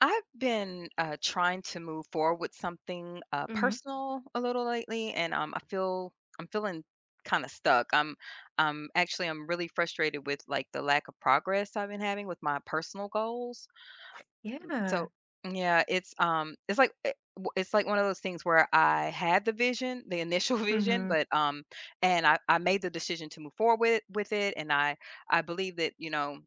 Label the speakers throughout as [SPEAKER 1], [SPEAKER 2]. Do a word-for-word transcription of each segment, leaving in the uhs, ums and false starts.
[SPEAKER 1] I've been uh, trying to move forward with something uh,
[SPEAKER 2] Hmm.
[SPEAKER 1] personal a little lately, and um, I feel I'm feeling kind of stuck. I'm, um, actually, I'm really frustrated with like the lack of progress I've been having with my personal goals.
[SPEAKER 2] Yeah.
[SPEAKER 1] So yeah, it's, um, it's like eh, w it's like one of those things where I had the vision, the initial vision,
[SPEAKER 2] Hmm.
[SPEAKER 1] but, um, and I I made the decision to move forward with with it, and I I believe that, you know,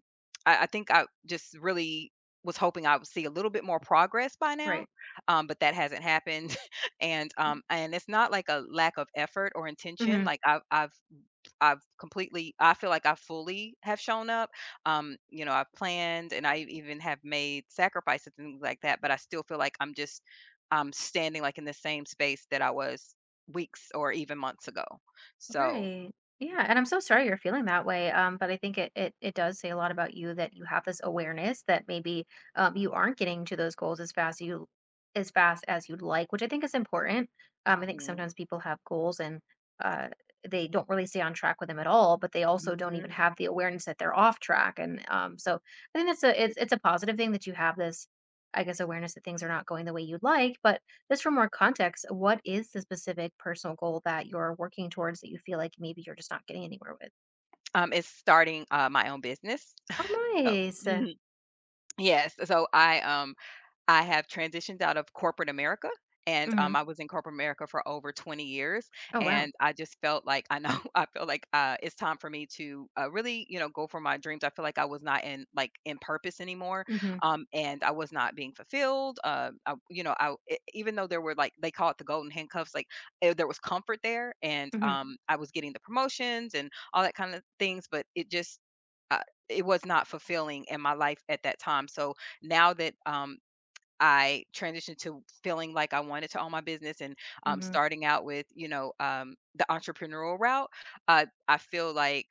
[SPEAKER 1] I I think I just really was hoping I would see a little bit more progress by now,
[SPEAKER 2] Right.
[SPEAKER 1] um, but that hasn't happened, and, um, and it's not like a lack of effort or intention,
[SPEAKER 2] Hmm.
[SPEAKER 1] like I've I've I've completely I feel like I fully have shown up. Um, you know, I've planned and I even have made sacrifices and things like that, but I still feel like I'm just um standing like in the same space that I was weeks or even months ago. So.
[SPEAKER 2] Right. Yeah. And I'm so sorry you're feeling that way. Um, but I think it, it it does say a lot about you that you have this awareness that maybe um you aren't getting to those goals as fast you as fast as you'd like, which I think is important. Um, I think
[SPEAKER 1] Mhm,
[SPEAKER 2] sometimes people have goals and uh they don't really stay on track with them at all, but they also don't
[SPEAKER 1] mhm.
[SPEAKER 2] even have the awareness that they're off track. And um, so I think that's a it's it's a positive thing that you have this, I guess, awareness that things are not going the way you'd like, but just for more context, what is the specific personal goal that you're working towards that you feel like maybe you're just not getting anywhere with?
[SPEAKER 1] Um it's starting uh, my own business.
[SPEAKER 2] Oh,
[SPEAKER 1] So.
[SPEAKER 2] nice.
[SPEAKER 1] Mhm, yes. So I um I have transitioned out of corporate America, and,
[SPEAKER 2] Hmm.
[SPEAKER 1] um, I was in corporate America for over twenty years,
[SPEAKER 2] Oh, wow.
[SPEAKER 1] and I just felt like I know I feel like, uh, it's time for me to, uh, really, you know, go for my dreams. I feel like I was not in like, in purpose anymore,
[SPEAKER 2] Hmm.
[SPEAKER 1] um, and I was not being fulfilled, uh, I you know, I e even though there were, like they call it the golden handcuffs, like, eh, there was comfort there, and,
[SPEAKER 2] Hmm.
[SPEAKER 1] um, I was getting the promotions and all that kind of things, but it just, uh, it was not fulfilling in my life at that time, so now that, um, I transitioned to feeling like I wanted to own my business and um,
[SPEAKER 2] Hmm.
[SPEAKER 1] starting out with, you know, um, the entrepreneurial route. Uh, I feel like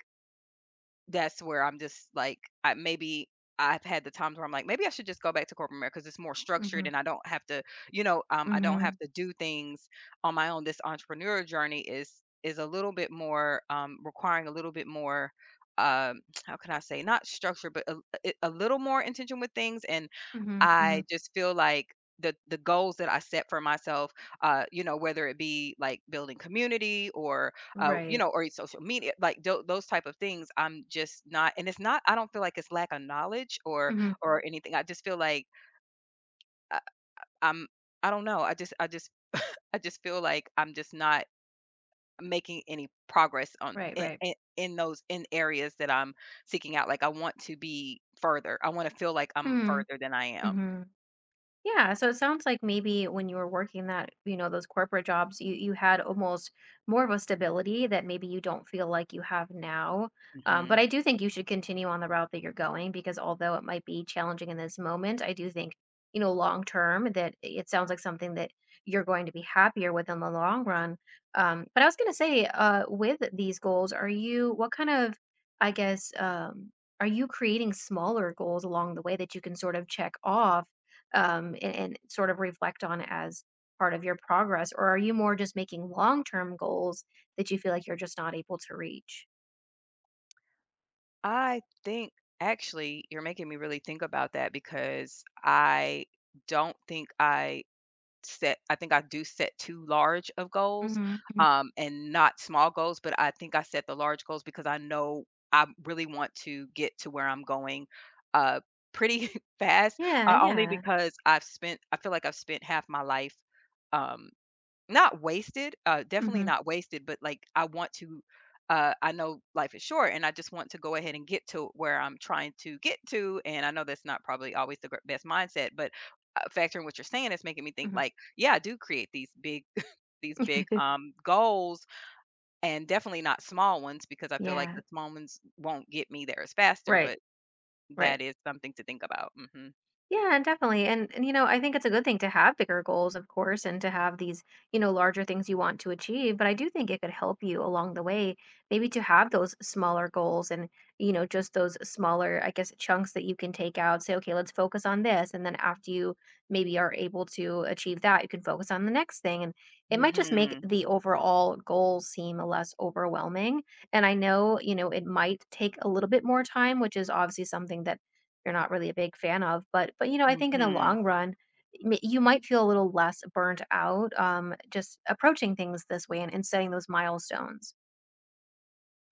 [SPEAKER 1] that's where I'm just like, I maybe I've had the times where I'm like, maybe I should just go back to corporate America because it's more
[SPEAKER 2] Hmm.
[SPEAKER 1] structured and I don't have to, you know, um, I don't have
[SPEAKER 2] Hmm.
[SPEAKER 1] to do things on my own. This entrepreneur journey is is a little bit more um, requiring a little bit more. Um, how can I say not structure, but a, a a little more intention with things, and
[SPEAKER 2] Hmm. Hmm.
[SPEAKER 1] I just feel like the the goals that I set for myself, uh, you know, whether it be like building community or uh, you
[SPEAKER 2] Right.
[SPEAKER 1] know, or your social media, like tho- those type of things. I'm just not, and it's not. I don't feel like it's lack of knowledge or
[SPEAKER 2] Hmm.
[SPEAKER 1] or anything. I just feel like I, I'm. I don't know. I just I just I just feel like I'm just not making any progress on
[SPEAKER 2] Right.
[SPEAKER 1] in,
[SPEAKER 2] Right.
[SPEAKER 1] in, in those in areas that I'm seeking out. Like I want to be further. I want to feel like I'm
[SPEAKER 2] Hmm.
[SPEAKER 1] further than I am.
[SPEAKER 2] Hmm. Yeah, so it sounds like maybe when you were working that, you know, those corporate jobs, you you had almost more of a stability that maybe you don't feel like you have now. Um,
[SPEAKER 1] Hmm.
[SPEAKER 2] but I do think you should continue on the route that you're going because although it might be challenging in this moment, I do think, you know, long term that it sounds like something that you're going to be happier with in the long run. Um, but I was going to say, uh, with these goals, are you what kind of, I guess, um, are you creating smaller goals along the way that you can sort of check off? um, and, and sort of reflect on as part of your progress? Or are you more just making long term goals that you feel like you're just not able to reach?
[SPEAKER 1] I think actually you're making me really think about that because I don't think I set I think I do set too large of goals,
[SPEAKER 2] Hmm.
[SPEAKER 1] um, and not small goals, but I think I set the large goals because I know I really want to get to where I'm going, uh, pretty fast,
[SPEAKER 2] Yeah,
[SPEAKER 1] uh, only
[SPEAKER 2] yeah.
[SPEAKER 1] because I've spent I feel like I've spent half my life, um not wasted, uh, definitely
[SPEAKER 2] Hmm.
[SPEAKER 1] not wasted, but like I want to uh, I know life is short and I just want to go ahead and get to where I'm trying to get to. And I know that's not probably always the gr- best mindset, but uh, factoring what you're saying is making me think
[SPEAKER 2] Hmm.
[SPEAKER 1] like, yeah, I do create these big, these big um, goals and definitely not small ones because I feel like
[SPEAKER 2] Yeah,
[SPEAKER 1] the small ones won't get me there as faster,
[SPEAKER 2] right,
[SPEAKER 1] but
[SPEAKER 2] right.
[SPEAKER 1] that is something to think about. Hmm.
[SPEAKER 2] Yeah, definitely. And, and you know, I think it's a good thing to have bigger goals, of course, and to have these, you know, larger things you want to achieve. But I do think it could help you along the way, maybe to have those smaller goals and, you know, just those smaller, I guess, chunks that you can take out. Say, okay, let's focus on this. And then after you maybe are able to achieve that, you can focus on the next thing. And it might just make
[SPEAKER 1] Hmm.
[SPEAKER 2] the overall goal seem less overwhelming. And I know, you know, it might take a little bit more time, which is obviously something that you're not really a big fan of. But but, you know, I think in the
[SPEAKER 1] Hmm.
[SPEAKER 2] long run, m you might feel a little less burnt out, um, just approaching things this way and and setting those milestones.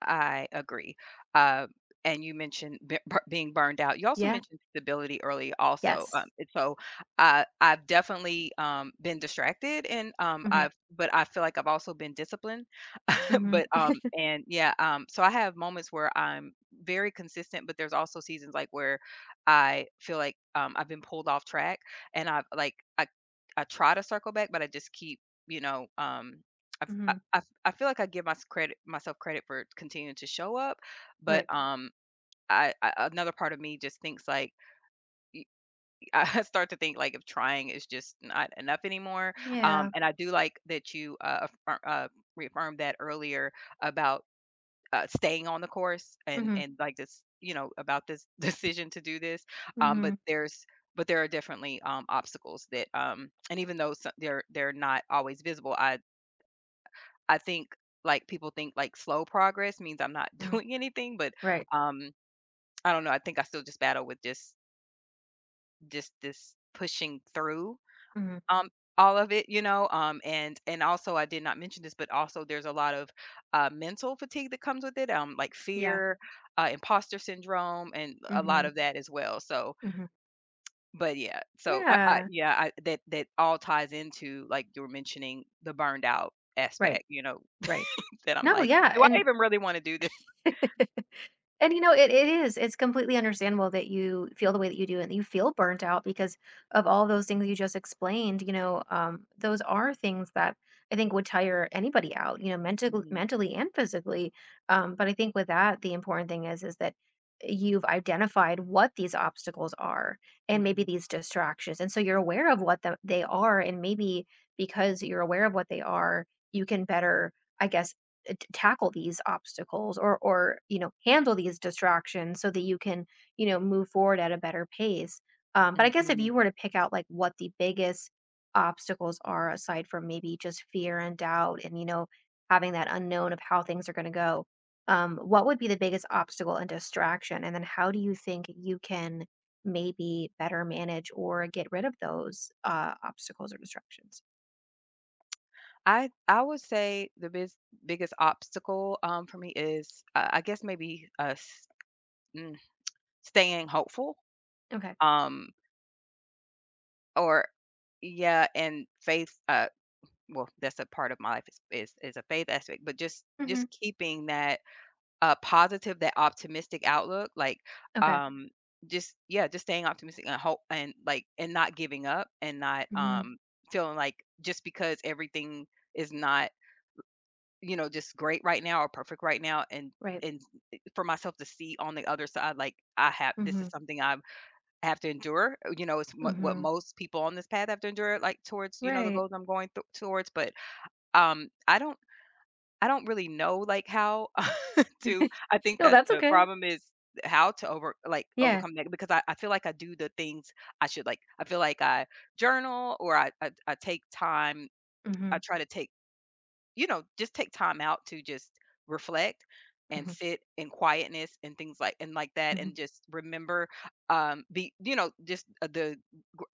[SPEAKER 1] I agree. Uh, and you mentioned b- b- being burned out. You also
[SPEAKER 2] Yeah.
[SPEAKER 1] mentioned stability early, also.
[SPEAKER 2] Yes.
[SPEAKER 1] Um, and so I, I've definitely um, been distracted, and um,
[SPEAKER 2] Mhm,
[SPEAKER 1] I've, but I feel like I've also been disciplined
[SPEAKER 2] mhm,
[SPEAKER 1] but um and yeah um so I have moments where I'm very consistent, but there's also seasons like where I feel like um I've been pulled off track, and I've like I I try to circle back, but I just keep you know um I, f- I,
[SPEAKER 2] mhm,
[SPEAKER 1] I f- I feel like I give my credit myself credit for continuing to show up, but
[SPEAKER 2] right.
[SPEAKER 1] um, I, I another part of me just thinks like y- I start to think like if trying is just not enough anymore. Um,
[SPEAKER 2] Yeah.
[SPEAKER 1] and I do like that you uh, affir- uh reaffirmed that earlier about uh, staying on the course and
[SPEAKER 2] Mhm,
[SPEAKER 1] and like this you know about this decision to do this, um
[SPEAKER 2] mhm,
[SPEAKER 1] but there's but there are definitely um obstacles that um and even though so- they're they're not always visible. I i think like people think like slow progress means I'm not
[SPEAKER 2] mhm,
[SPEAKER 1] doing anything, but
[SPEAKER 2] right.
[SPEAKER 1] um I don't know, I think I still just battle with just just this pushing through.
[SPEAKER 2] Mhm,
[SPEAKER 1] Um, all of it, you know, um, and and also I did not mention this, but also there's a lot of uh, mental fatigue that comes with it, um, like
[SPEAKER 2] yeah.
[SPEAKER 1] fear, uh, imposter syndrome, and a lot
[SPEAKER 2] Mhm,
[SPEAKER 1] of that as well. So,
[SPEAKER 2] mhm.
[SPEAKER 1] but yeah, so I, I,
[SPEAKER 2] Yeah.
[SPEAKER 1] yeah, I, that that all ties into like you were mentioning the burned out
[SPEAKER 2] Right,
[SPEAKER 1] aspect, you know,
[SPEAKER 2] right.
[SPEAKER 1] that I'm
[SPEAKER 2] No,
[SPEAKER 1] like,
[SPEAKER 2] yeah,
[SPEAKER 1] do I
[SPEAKER 2] and
[SPEAKER 1] even really want to do this?
[SPEAKER 2] and, you know, it it is. It's completely understandable that you feel the way that you do and that you feel burnt out because of all those things you just explained, you know, um, those are things that I think would tire anybody out, you know, mental
[SPEAKER 1] Mhm,
[SPEAKER 2] mentally and physically. Um, but I think with that, the important thing is is that you've identified what these obstacles are and maybe
[SPEAKER 1] mhm,
[SPEAKER 2] these distractions. And so you're aware of what the, they are, and maybe because you're aware of what they are, you can better, I guess, uh, t tackle these obstacles or or, you know, handle these distractions so that you can, you know, move forward at a better pace. Um, but I guess if
[SPEAKER 1] mhm.
[SPEAKER 2] you were to pick out like what the biggest obstacles are aside from maybe just fear and doubt and, you know, having that unknown of how things are going to go, um, what would be the biggest obstacle and distraction? And then how do you think you can maybe better manage or get rid of those uh, obstacles or distractions?
[SPEAKER 1] I I would say the biz, biggest obstacle um, for me is uh, I guess maybe us. Staying hopeful,
[SPEAKER 2] Okay.
[SPEAKER 1] um, or yeah, and faith, uh, well, that's a part of my life is is is a faith aspect, but just
[SPEAKER 2] Hmm.
[SPEAKER 1] just keeping that, uh, positive, that optimistic outlook, like,
[SPEAKER 2] Okay.
[SPEAKER 1] um, just yeah, just staying optimistic and hope and, like and not giving up and not,
[SPEAKER 2] Hmm.
[SPEAKER 1] um, feeling like just because everything is not, you know, just great right now or perfect right now and
[SPEAKER 2] Right.
[SPEAKER 1] and eh, for myself to see on the other side, like, I have this
[SPEAKER 2] Hmm.
[SPEAKER 1] is something I've have to endure, uh, you know, it's mo what
[SPEAKER 2] Hmm.
[SPEAKER 1] most people on this path have to endure, like, towards, you know, the
[SPEAKER 2] Right.
[SPEAKER 1] goals I'm going th towards, but, um, I don't I don't really know, like, how to I think
[SPEAKER 2] No,
[SPEAKER 1] that's
[SPEAKER 2] that's
[SPEAKER 1] the
[SPEAKER 2] okay.
[SPEAKER 1] problem is how to over like,
[SPEAKER 2] Yeah.
[SPEAKER 1] overcome that because I I feel like I do the things I should, like I feel like I journal or I I I take time. I
[SPEAKER 2] Mhm,
[SPEAKER 1] try to take, you know, just take time out to just reflect and
[SPEAKER 2] mhm,
[SPEAKER 1] sit in quietness and things like and like that
[SPEAKER 2] mhm.
[SPEAKER 1] and just remember, um, be you know, just, uh, the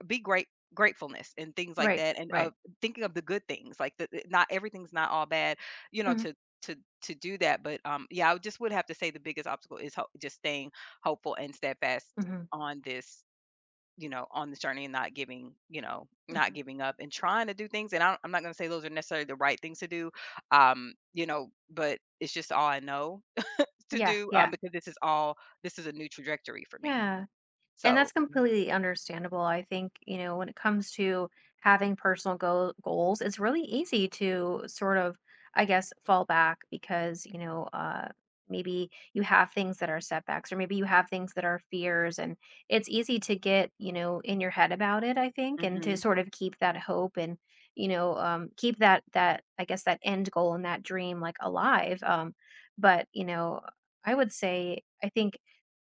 [SPEAKER 1] be great gratefulness and things like
[SPEAKER 2] Right,
[SPEAKER 1] that and uh,
[SPEAKER 2] right.
[SPEAKER 1] thinking of the good things like the, the- not everything's not all bad you know
[SPEAKER 2] Mhm,
[SPEAKER 1] to to to do that but um yeah I just would have to say the biggest obstacle is ho- just staying hopeful and steadfast
[SPEAKER 2] mhm,
[SPEAKER 1] on this you know on this journey and not giving you know not
[SPEAKER 2] mhm.
[SPEAKER 1] giving up and trying to do things and I don't, I'm not going to say those are necessarily the right things to do, um you know but it's just all I know to
[SPEAKER 2] Yeah,
[SPEAKER 1] do,
[SPEAKER 2] yeah,
[SPEAKER 1] um because this is all this is a new trajectory for me,
[SPEAKER 2] yeah. And that's
[SPEAKER 1] so.
[SPEAKER 2] completely understandable. I think, you know, when it comes to having personal go- goals, it's really easy to sort of, I guess, fall back because, you know, uh, maybe you have things that are setbacks or maybe you have things that are fears. And it's easy to get, you know, in your head about it, I think, and to
[SPEAKER 1] Mhm.
[SPEAKER 2] sort of keep that hope and, you know, um, keep that, that, I guess, that end goal and that dream like alive. Um, but, you know, I would say, I think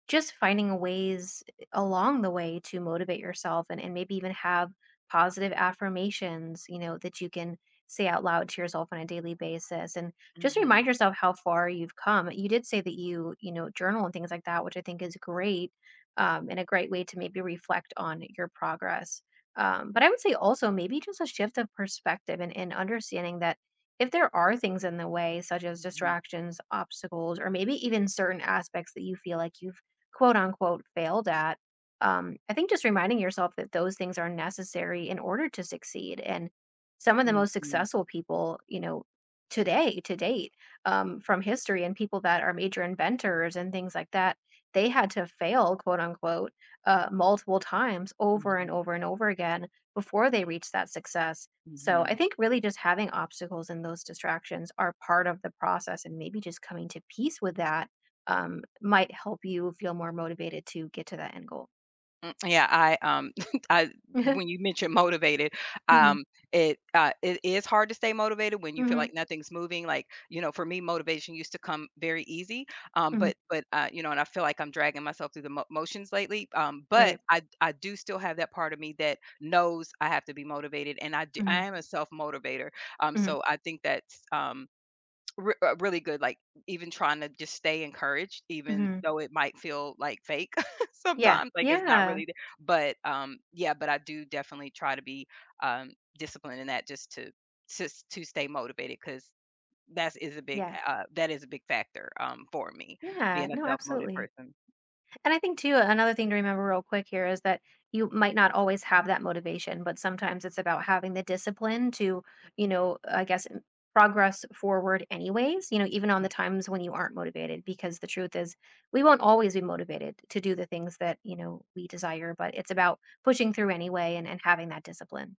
[SPEAKER 2] just finding ways along the way to motivate yourself and, and maybe even have positive affirmations, you know, that you can say out loud to yourself on a daily basis and just
[SPEAKER 1] Mhm.
[SPEAKER 2] remind yourself how far you've come. You did say that you, you know, journal and things like that, which I think is great, um, and a great way to maybe reflect on your progress. Um, but I would say also maybe just a shift of perspective and, and understanding that if there are things in the way, such as
[SPEAKER 1] Mhm.
[SPEAKER 2] distractions, obstacles, or maybe even certain aspects that you feel like you quote unquote failed at, um, I think just reminding yourself that those things are necessary in order to succeed, and some of the
[SPEAKER 1] Mhm.
[SPEAKER 2] most
[SPEAKER 1] Mhm.
[SPEAKER 2] successful people you know today to date, um, from history, and people that are major inventors and things like that, they had to fail, quote unquote, uh, multiple times over and
[SPEAKER 1] Mhm,
[SPEAKER 2] over and over again before they reached that success. So I
[SPEAKER 1] mhm.
[SPEAKER 2] think really just having obstacles and those distractions are part of the process, and maybe just coming to peace with that, um, might help you feel more motivated to get to that end goal.
[SPEAKER 1] Mm, yeah, I, um, I when you mentioned motivated,
[SPEAKER 2] Mhm,
[SPEAKER 1] um, it, uh, it is hard to stay motivated when you
[SPEAKER 2] mhm,
[SPEAKER 1] feel
[SPEAKER 2] mhm,
[SPEAKER 1] like nothing's moving, like, you know, for me, motivation used to come very easy, um,
[SPEAKER 2] mhm,
[SPEAKER 1] but but, uh, you know, and I feel like I'm dragging myself through the mo motions lately, um, but
[SPEAKER 2] right.
[SPEAKER 1] I I do still have that part of me that knows I have to be motivated, and I do
[SPEAKER 2] Mhm,
[SPEAKER 1] I am a self-motivator, um,
[SPEAKER 2] mhm,
[SPEAKER 1] so I think that's, um Re uh, really good, like, even trying to just stay encouraged, even
[SPEAKER 2] mhm.
[SPEAKER 1] though it might feel, like, fake
[SPEAKER 2] Yeah.
[SPEAKER 1] sometimes, like, it's not
[SPEAKER 2] Yeah.
[SPEAKER 1] really there, but, um, yeah, but I do definitely try to be, um, disciplined in that just to just to stay motivated, because that's a big,
[SPEAKER 2] Yeah.
[SPEAKER 1] uh that is a big factor, um, for me,
[SPEAKER 2] Yeah.
[SPEAKER 1] being a
[SPEAKER 2] No,
[SPEAKER 1] self-motivated
[SPEAKER 2] absolutely.
[SPEAKER 1] person.
[SPEAKER 2] And I think too, another thing to remember real quick here is that you might not always have that motivation, but sometimes it's about having the discipline to, you know, I guess m- progress forward anyways, you know, even on the times when you aren't motivated, because the truth is we won't always be motivated to do the things that, you know, we desire, but it's about pushing through anyway and, and having that discipline.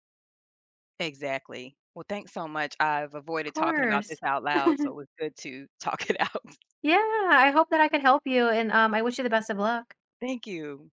[SPEAKER 1] Exactly. Well, thanks so much. I've
[SPEAKER 2] Of
[SPEAKER 1] avoided talking about this
[SPEAKER 2] course.
[SPEAKER 1] out loud, so it was good to talk it out.
[SPEAKER 2] Yeah. I hope that I could help you, and um, I wish you the best of luck.
[SPEAKER 1] Thank you.